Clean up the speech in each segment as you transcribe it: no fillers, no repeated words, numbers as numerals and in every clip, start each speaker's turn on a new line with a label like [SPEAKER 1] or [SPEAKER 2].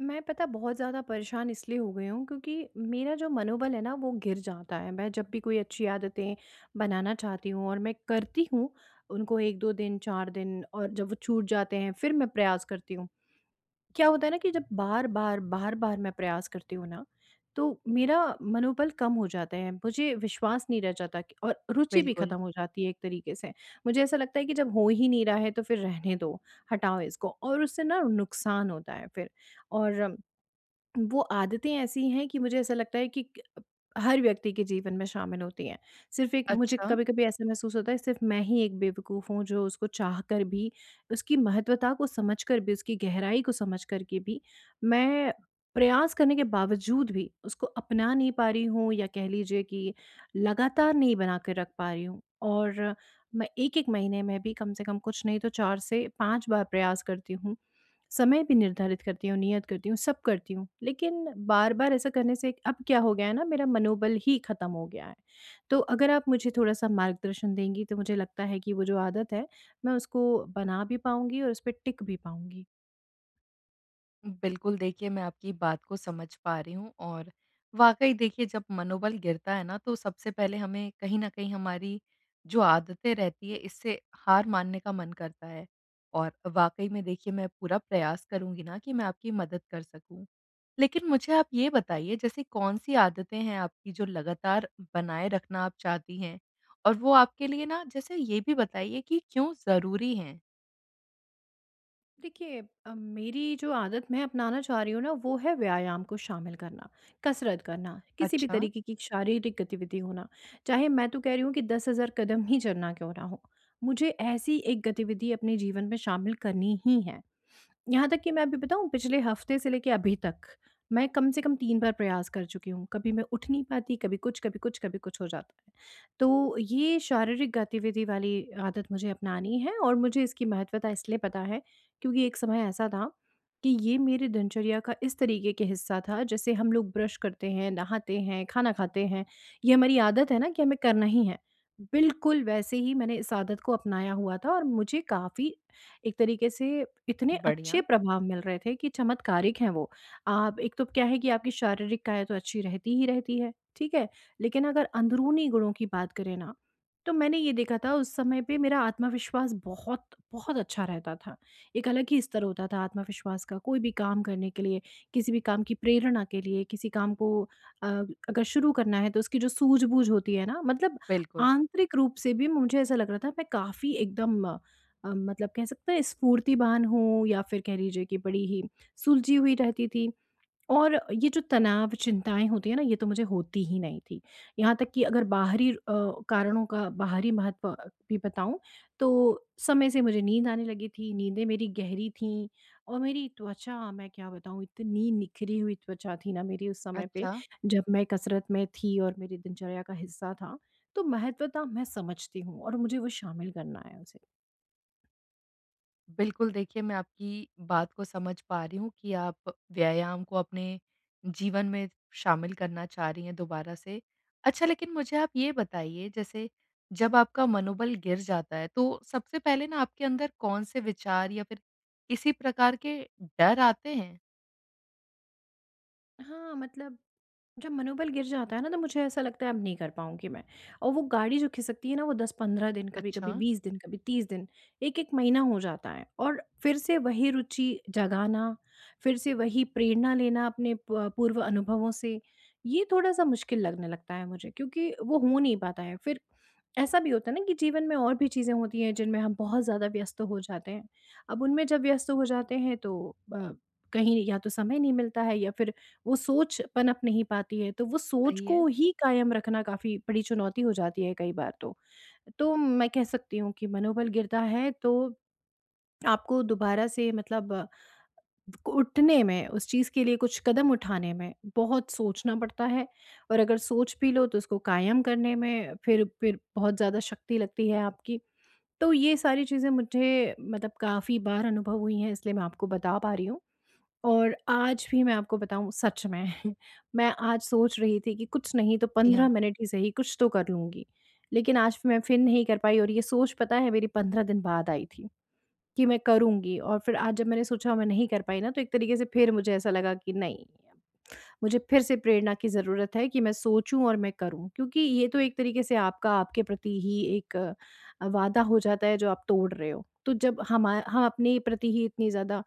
[SPEAKER 1] मैं पता बहुत ज़्यादा परेशान इसलिए हो गई हूँ क्योंकि मेरा जो मनोबल है ना वो गिर जाता है। मैं जब भी कोई अच्छी आदतें बनाना चाहती हूँ और मैं करती हूँ उनको एक दो दिन, चार दिन, और जब वो छूट जाते हैं फिर मैं प्रयास करती हूँ। क्या होता है ना कि जब बार बार बार बार मैं प्रयास करती हूँ ना तो मेरा मनोबल कम हो जाता है, मुझे विश्वास नहीं रह जाता कि- और रुचि भी खत्म
[SPEAKER 2] बिल्कुल।
[SPEAKER 1] हो जाती है एक तरीके से। मुझे ऐसा लगता है कि जब हो ही नहीं रहा है तो फिर रहने दो, हटाओ इसको, और उससे ना नुकसान होता है फिर। और वो आदतें ऐसी हैं कि मुझे ऐसा लगता है कि क हर व्यक्ति के जीवन में शामिल होती हैं। सिर्फ़ एक मुझे
[SPEAKER 2] अच्छा,
[SPEAKER 1] कभी-कभी ऐसा महसूस होता है सिर्फ़ मैं ही एक बेवकूफ़ हूँ जो उसको चाहकर भी, उसकी महत्वता को समझकर भी, उसकी गहराई को समझ कर के भी, मैं प्रयास करने के बावजूद भी उसको अपना नहीं पा रही हूँ, या कह लीजिए कि लगातार नहीं बना कर रख पा रही हूँ। और मैं 1-1 महीने में भी कम से कम कुछ नहीं तो 4 से 5 बार प्रयास करती हूँ। समय भी निर्धारित करती हूँ, नियत करती हूँ, सब करती हूँ, लेकिन बार-बार ऐसा करने से अब क्या हो गया है ना, मेरा मनोबल ही ख़त्म हो गया है। तो अगर आप मुझे थोड़ा-सा मार्गदर्शन देंगी तो मुझे लगता है कि वो जो आदत है, मैं उसको बना भी पाऊँगी और उस पे टिक भी पाऊँगी।
[SPEAKER 2] बिल्कुल देखिए, मैं आपकी बात को समझ पा रही हूँ। और वाक़ई देखिए, जब मनोबल गिरता है ना, तो सबसे पहले हमें कहीं न कहीं हमारी जो आदतें रहती है इससे हार मानने का मन करता है। और वाक़ई में देखिए, मैं पूरा प्रयास करूँगी ना कि मैं आपकी मदद कर सकूँ। लेकिन मुझे आप ये बताइए, जैसे कौन-सी आदतें हैं आपकी जो लगातार बनाए रखना आप चाहती हैं? और वो आपके लिए ना, जैसे ये भी बताइए कि क्यों ज़रूरी हैं?
[SPEAKER 1] देखिए मेरी जो आदत मैं अपनाना चाह रही हूँ ना वो है व्यायाम को शामिल करना, कसरत करना, किसी भी
[SPEAKER 2] अच्छा,
[SPEAKER 1] तरीके की शारीरिक गतिविधि होना। चाहे मैं तो कह रही हूँ कि 10,000 कदम ही चलना क्यों ना हो, मुझे ऐसी एक गतिविधि अपने जीवन में शामिल करनी ही है। यहाँ तक कि मैं अभी बताऊँ पिछले हफ्ते से लेके अभी तक मैं कम से कम 3 बार प्रयास कर चुकी हूँ। कभी मैं उठ नहीं पाती, कभी कुछ, कभी कुछ, कभी कुछ हो जाता है। तो ये शारीरिक गतिविधि वाली आदत मुझे अपनानी है और मुझे इसकी महत्वता इसलिए पता है क्योंकि एक समय ऐसा था कि ये मेरी दिनचर्या का इस तरीके के हिस्सा था जैसे हम लोग ब्रश करते हैं, नहाते हैं, खाना खाते हैं। ये हमारी आदत है ना कि हमें करना ही है। बिल्कुल वैसे ही मैंने इस आदत को अपनाया हुआ था और मुझे काफ़ी एक तरीके से इतने अच्छे
[SPEAKER 2] बढ़िया,
[SPEAKER 1] प्रभाव मिल रहे थे कि चमत्कारिक हैं वो। आप एक तो क्या है कि आपकी शारीरिक काया तो अच्छी रहती ही रहती है, ठीक है? लेकिन अगर अंदरूनी गुणों की बात करें ना, तो मैंने ये देखा था उस समय पे मेरा आत्मविश्वास बहुत, बहुत अच्छा रहता था। एक अलग ही स्तर होता था आत्मविश्वास का, कोई भी काम करने के लिए, किसी भी काम की प्रेरणा के लिए, किसी काम को अ, अगर शुरू करना है तो उसकी जो सूझबूझ होती है ना, मतलब
[SPEAKER 2] बिल्कुल।
[SPEAKER 1] आंतरिक रूप से भी मुझे ऐसा लग रहा था मैं काफ़ी एकदम मतलब कह सकते हैं स्फूर्तिवान हूँ या फिर कह लीजिए कि बड़ी ही सुलझी हुई रहती थी। और ये जो तनाव, चिंताएँ होती हैं ना, ये तो मुझे होती ही नहीं थी। यहाँ तक कि अगर बाहरी कारणों का बाहरी महत्व भी बताऊँ, तो समय से मुझे नींद आने लगी थी, नींदें मेरी गहरी थीं और मेरी त्वचा, मैं क्या बताऊँ, इतनी निखरी हुई त्वचा थी ना मेरी उस समय पे,
[SPEAKER 2] अच्छा।
[SPEAKER 1] जब मैं कसरत में थी और मेरी दिनचर्या का हिस्सा था। तो महत्वता मैं समझती हूँ और मुझे वो शामिल करना है उसे।
[SPEAKER 2] बिल्कुल, देखिए, मैं आपकी बात को समझ पा रही हूँ कि आप व्यायाम को अपने जीवन में शामिल करना चाह रही हैं दोबारा से। अच्छा, लेकिन मुझे आप ये बताइए, जैसे जब आपका मनोबल गिर जाता है, तो सबसे पहले ना आपके अंदर कौन-से विचार या फिर किसी प्रकार के डर आते हैं?
[SPEAKER 1] हाँ, मतलब जब मनोबल गिर जाता है ना तो मुझे ऐसा लगता है अब नहीं कर पाऊँगी मैं, और वो गाड़ी जो खिसकती है ना वो 10-15 दिन,
[SPEAKER 2] अच्छा,
[SPEAKER 1] कभी-कभी 20 दिन, कभी 30 दिन, 1-1 महीना हो जाता है, और फिर से वही रुचि जगाना, फिर से वही प्रेरणा लेना अपने प पूर्व अनुभवों से, ये थोड़ा-सा मुश्किल लगने लगता है मुझे क्योंकि वो हो नहीं पाता है। फिर ऐसा भी होता है ना कि जीवन में और भी चीज़ें होती हैं जिनमें हम बहुत ज़्यादा व्यस्त हो जाते हैं। अब उनमें जब व्यस्त हो जाते हैं तो अ, कहीं या तो समय नहीं मिलता है या फिर वो सोच पनप नहीं पाती है, तो वो सोच
[SPEAKER 2] सही है।
[SPEAKER 1] को ही कायम रखना काफ़ी बड़ी चुनौती हो जाती है कई बार तो। तो मैं कह सकती हूँ कि मनोबल गिरता है तो आपको दोबारा से मतलब उठने में, उस चीज़ के लिए कुछ कदम उठाने में बहुत सोचना पड़ता है, और अगर सोच भी लो तो उसको कायम करने में फिर बहुत ज़्यादा शक्ति लगती है आपकी। तो ये सारी चीज़ें मुझे मतलब काफ़ी बार अनुभव हुई हैं इसलिए मैं आपको बता पा रही हूँ। और आज भी मैं आपको बताऊँ सच में मैं आज सोच रही थी कि कुछ नहीं तो
[SPEAKER 2] जी हाँ,
[SPEAKER 1] 15 मिनट ही सही कुछ तो कर लूँगी। लेकिन आज मैं फिर नहीं कर पाई और ये सोच पता है मेरी 15 दिन बाद आई थी कि मैं करूँगी, और फिर आज जब मैंने सोचा मैं नहीं कर पाई ना तो एक तरीके से फिर मुझे ऐसा लगा कि नहीं। मुझे फिर से प्रेरणा की ज़रूरत है कि मैं सोचूँ और मैं करूँ। क्योंकि ये तो एक तरीके से आपका आपके प्रति ही एक वादा हो जाता है जो आप तोड़ रहे हो। तो जब हमा हम अपने प्रति ही इतनी ज़्यादा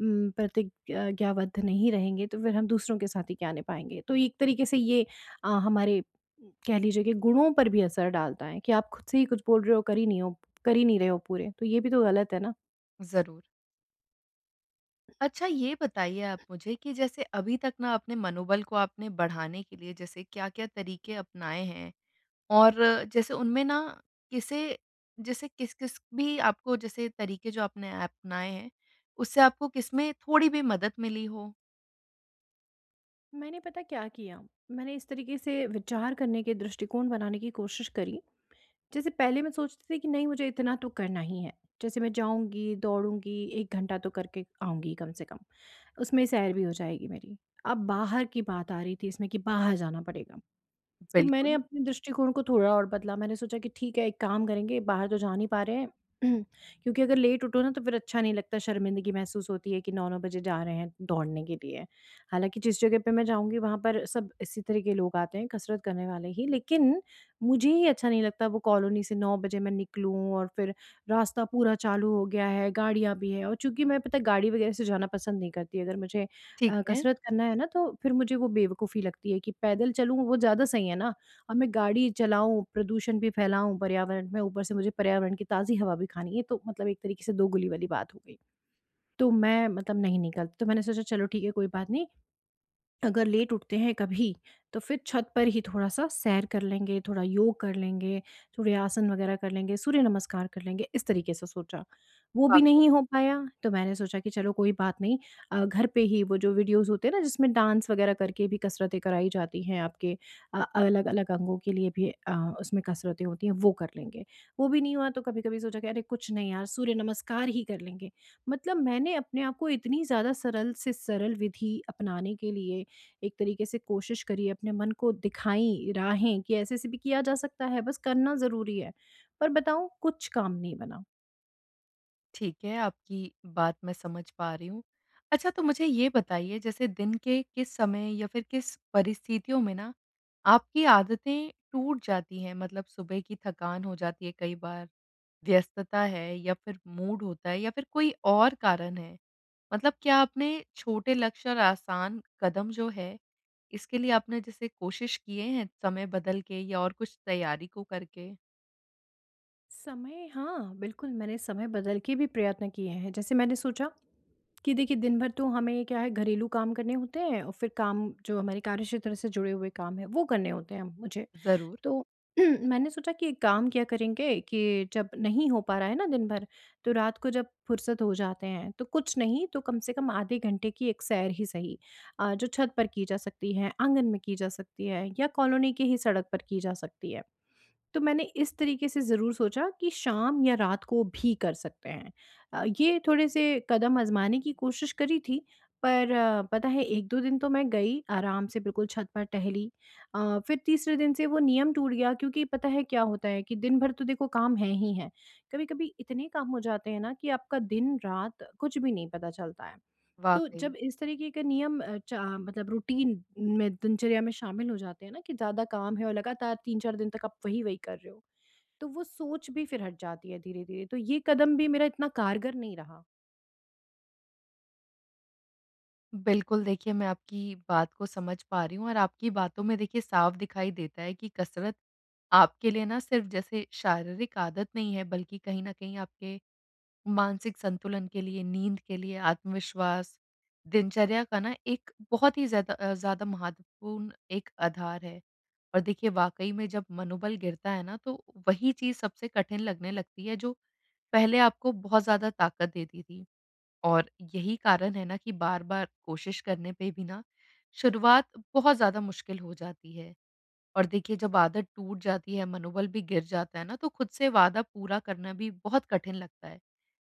[SPEAKER 1] प्रतिज्ञाबद्ध नहीं रहेंगे तो फिर हम दूसरों के साथ ही क्या निभाएँगे। तो एक तरीके से ये हमारे कह लीजिए कि गुणों पर भी असर डालता है कि आप खुद से ही कुछ बोल रहे हो, कर ही नहीं रहे हो पूरे। तो ये भी तो गलत है ना।
[SPEAKER 2] ज़रूर। अच्छा, ये बताइए आप मुझे कि जैसे अभी तक ना अपने मनोबल को आपने बढ़ाने के लिए जैसे क्या-क्या तरीके अपनाए हैं? और जैसे उनमें ना किसे, जैसे किस-किस भी आपको जैसे तरीके जो आपने अपनाए हैं, उससे आपको किसमें थोड़ी भी मदद मिली हो?
[SPEAKER 1] मैंने पता क्या किया, मैंने इस तरीके से विचार करने के दृष्टिकोण बनाने की कोशिश करी जैसे पहले मैं सोचती थी कि नहीं मुझे इतना तो करना ही है। जैसे मैं जाऊँगी, दौड़ूँगी, 1 घंटा तो करके आऊँगी कम से कम। उसमें सैर भी हो जाएगी मेरी। अब बाहर की बात आ रही थी इसमें कि बाहर जाना पड़ेगा। तो मैंने
[SPEAKER 2] बिल्कुल।
[SPEAKER 1] अपने दृष्टिकोण को थोड़ा और बदला। मैंने सोचा कि ठीक है, एक काम करेंगे, बाहर तो जा नहीं पा रहे हैं। क्योंकि अगर लेट उठो ना, तो फिर अच्छा नहीं लगता, शर्मिंदगी महसूस होती है कि 9-9 बजे जा रहे हैं दौड़ने के लिए। हालाँकि जिस जगह पे मैं जाऊँगी, वहाँ पर सब इसी तरह के लोग आते हैं, कसरत करने वाले ही। लेकिन मुझे ही अच्छा नहीं लगता, वो कॉलोनी से 9 बजे मैं निकलूँ और फिर रास्ता पूरा चालू हो गया है, गाड़ियाँ भी हैं। और चूँकि मैं, पता है, गाड़ी वगैरह से जाना पसंद नहीं करती। अगर मुझे
[SPEAKER 2] ठीक है,
[SPEAKER 1] कसरत करना है ना, तो फिर मुझे वो बेवकूफ़ी लगती है कि पैदल चलूँ वो ज़्यादा सही है ना। अब मैं गाड़ी चलाऊँ, प्रदूषण भी फैलाऊँ पर्यावरण में, ऊपर से मुझे पर्यावरण की ताज़ी हवा भी खानी है, तो मतलब एक तरीके से दोगुली वाली बात हो गई। तो मैं मतलब नहीं निकलती, तो मैंने सोचा चलो ठीक है कोई बात नहीं, अगर लेट उठते हैं कभी, तो फिर छत पर ही थोड़ा-सा सैर कर लेंगे, थोड़ा योग कर लेंगे, थोड़े आसन वगैरह कर लेंगे, सूर्य नमस्कार कर लेंगे, इस तरीके से सोचा। वो भी नहीं
[SPEAKER 2] वाक़ई
[SPEAKER 1] हो पाया, तो मैंने सोचा कि चलो कोई बात नहीं घर पे ही वो जो वीडियोज़ होते हैं ना जिसमें डांस वगैरह करके भी कसरतें कराई जाती हैं आपके अलग-अलग अंगों के लिए भी उसमें कसरतें होती हैं, वो कर लेंगे। वो भी नहीं हुआ तो कभी-कभी सोचा कि अरे कुछ नहीं यार, सूर्य नमस्कार ही कर लेंगे। मतलब मैंने अपने आप को इतनी ज़्यादा सरल से सरल विधि अपनाने के लिए एक तरीके से कोशिश करिए, अपने मन को दिखाई राहें कि ऐसे-ऐसे भी किया जा सकता है, बस करना ज़रूरी है। पर बताऊँ कुछ काम नहीं बना।
[SPEAKER 2] ठीक है, आपकी बात मैं समझ पा रही हूँ। अच्छा, तो मुझे ये बताइए, जैसे दिन के किस समय या फिर किस परिस्थितियों में ना आपकी आदतें टूट जाती हैं? मतलब सुबह की थकान हो जाती है कई बार, व्यस्तता है या फिर मूड होता है या फिर कोई और कारण है? मतलब क्या आपने छोटे लक्ष्य और आसान कदम जो है, इसके लिए आपने जैसे कोशिश किए हैं, समय बदल के या और कुछ तैयारी को करके?
[SPEAKER 1] समय हाँ, बिल्कुल मैंने समय बदल के भी प्रयत्न किए हैं। जैसे मैंने सोचा कि देखिए दिन भर तो हमें क्या है घरेलू काम करने होते हैं और फिर काम जो हमारे कार्यक्षेत्र से जुड़े हुए काम हैं, वो करने होते हैं मुझे।
[SPEAKER 2] ज़रूर,
[SPEAKER 1] तो मैंने सोचा कि एक काम किया करेंगे कि जब नहीं हो पा रहा है ना दिन भर, तो रात को जब फुर्सत हो जाते हैं, तो कुछ नहीं तो कम से कम आधे घंटे की एक सैर ही सही जो छत पर की जा सकती है, आंगन में की जा सकती है या कॉलोनी की ही सड़क पर की जा सकती है। तो मैंने इस तरीके से ज़रूर सोचा कि शाम या रात को भी कर सकते हैं। ये थोड़े से कदम आज़माने की कोशिश करी थी, पर पता है 1-2 दिन तो मैं गई, आराम से बिल्कुल छत पर टहली। फिर तीसरे दिन से वो नियम टूट गया क्योंकि पता है क्या होता है कि दिन भर तो देखो काम है ही है। कभी-कभी इतने काम हो जाते हैं ना कि आपका दिन-रात कुछ भी नहीं पता चलता है। तो
[SPEAKER 2] वाक़ई।
[SPEAKER 1] जब इस तरीके का नियम अ, च मतलब रूटीन में दिनचर्या में शामिल हो जाते हैं ना कि ज़्यादा काम है और लगातार 3-4 दिन तक आप वही-वही कर रहे हो, तो वो सोच भी फिर हट जाती है धीरे-धीरे। तो ये कदम भी मेरा इतना कारगर नहीं रहा।
[SPEAKER 2] बिल्कुल, देखिए, मैं आपकी बात को समझ पा रही हूँ और आपकी बातों में देखिए साफ दिखाई देता है कि कसरत आपके लिए ना सिर्फ़ जैसे शारीरिक आदत नहीं है, बल्कि कहीं न कहीं आपके मानसिक संतुलन के लिए, नींद के लिए, आत्मविश्वास, दिनचर्या का ना एक बहुत ही ज़्यादा ज़्यादा महत्वपूर्ण एक आधार है। और देखिए वाक़ई में जब मनोबल गिरता है ना, तो वही चीज़ सबसे कठिन लगने लगती है जो पहले आपको बहुत ज़्यादा ताकत देती थी। और यही कारण है ना कि बार-बार कोशिश करने पे भी ना शुरुआत बहुत ज़्यादा मुश्किल हो जाती है। और देखिए, जब आदत टूट जाती है, मनोबल भी गिर जाता है ना, तो खुद से वादा पूरा करना भी बहुत कठिन लगता है।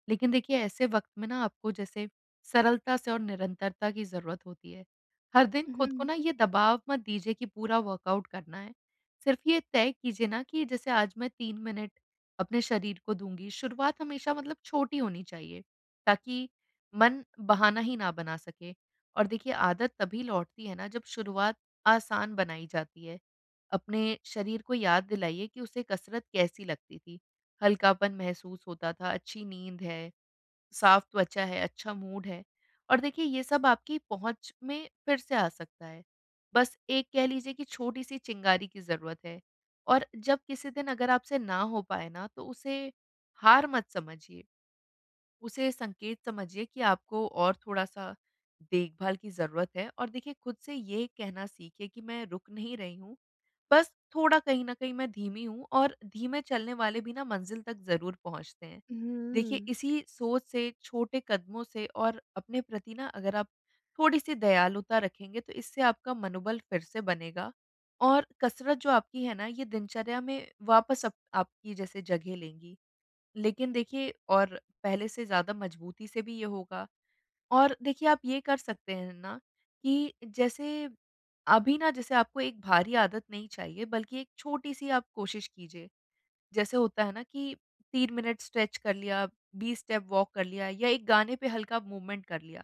[SPEAKER 2] लेकिन देखिए, ऐसे वक़्त में ना आपको जैसे सरलता से और निरंतरता की ज़रूरत होती है। हर दिन खुद को
[SPEAKER 1] हुँ,
[SPEAKER 2] ना ये दबाव मत दीजिए कि पूरा वर्कआउट करना है। सिर्फ़ ये तय कीजिए ना कि जैसे आज मैं 3 मिनट अपने शरीर को दूँगी। शुरुआत हमेशा मतलब छोटी होनी चाहिए, ताकि मन बहाना ही ना बना सके। और देखिए, आदत तभी लौटती है ना जब शुरुआत आसान बनाई जाती है। अपने शरीर को याद दिलाइए कि उसे कसरत कैसी लगती थी। हल्कापन महसूस होता था, अच्छी नींद है, साफ त्वचा है, अच्छा मूड है और देखिए ये सब आपकी पहुँच में फिर से आ सकता है। बस एक कह लीजिए कि छोटी-सी चिंगारी की ज़रूरत है। और जब किसी दिन अगर आपसे ना हो पाए ना, तो उसे हार मत समझिए। उसे संकेत समझिए कि आपको और थोड़ा-सा देखभाल की ज़रूरत है और देखिए खुद से ये कहना सीखिए कि मैं रुक नहीं रही हूँ, बस थोड़ा कहीं न कहीं मैं धीमी हूँ और धीमे चलने वाले भी ना मंज़िल तक ज़रूर पहुँचते हैं। देखिए,
[SPEAKER 1] हुँ।
[SPEAKER 2] इसी सोच से, छोटे कदमों से और अपने प्रति ना अगर आप थोड़ी-सी दयालुता रखेंगे, तो इससे आपका मनोबल फिर से बनेगा और कसरत जो आपकी है ना, ये दिनचर्या में वापस अप आपकी जैसे जगह लेंगी। लेकिन देखिए, और पहले से ज़्यादा मजबूती से भी ये होगा। और देखिए, आप ये कर सकते हैं ना कि जैसे अभी ना, जैसे आपको एक भारी आदत नहीं चाहिए, बल्कि एक छोटी-सी आप कोशिश कीजिए। जैसे होता है ना कि 3 मिनट स्ट्रेच कर लिया, 20 स्टेप वॉक कर लिया या एक गाने पे हल्का मूवमेंट कर लिया।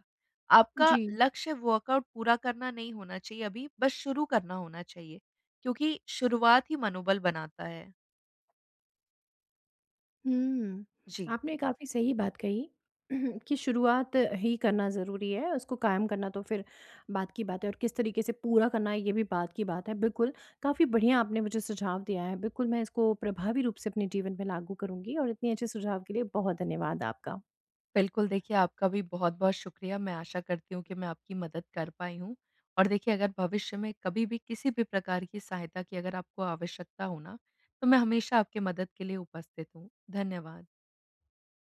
[SPEAKER 2] आपका
[SPEAKER 1] जी।
[SPEAKER 2] लक्ष्य वर्कआउट पूरा करना नहीं होना चाहिए अभी, बस शुरू करना होना चाहिए, क्योंकि शुरुआत ही मनोबल बनाता है।
[SPEAKER 1] हुँ।
[SPEAKER 2] जी।
[SPEAKER 1] आपने काफ़ी सही बात कही कि शुरुआत ही करना ज़रूरी है, उसको कायम करना तो फिर बात की बात है और किस तरीके से पूरा करना है ये भी बात की बात है। बिल्कुल, काफ़ी बढ़िया आपने मुझे सुझाव दिया है। बिल्कुल मैं इसको प्रभावी रूप से अपने जीवन में लागू करूँगी और इतने अच्छे सुझाव के लिए बहुत धन्यवाद आपका।
[SPEAKER 2] बिल्कुल, देखिए आपका भी बहुत-बहुत शुक्रिया। मैं आशा करती हूँ कि मैं आपकी मदद कर पाई हूँ। और देखिए, अगर भविष्य में कभी भी किसी भी प्रकार की सहायता की अगर आपको आवश्यकता हो ना, तो मैं हमेशा आपकी मदद के लिए उपस्थित हूँ। धन्यवाद।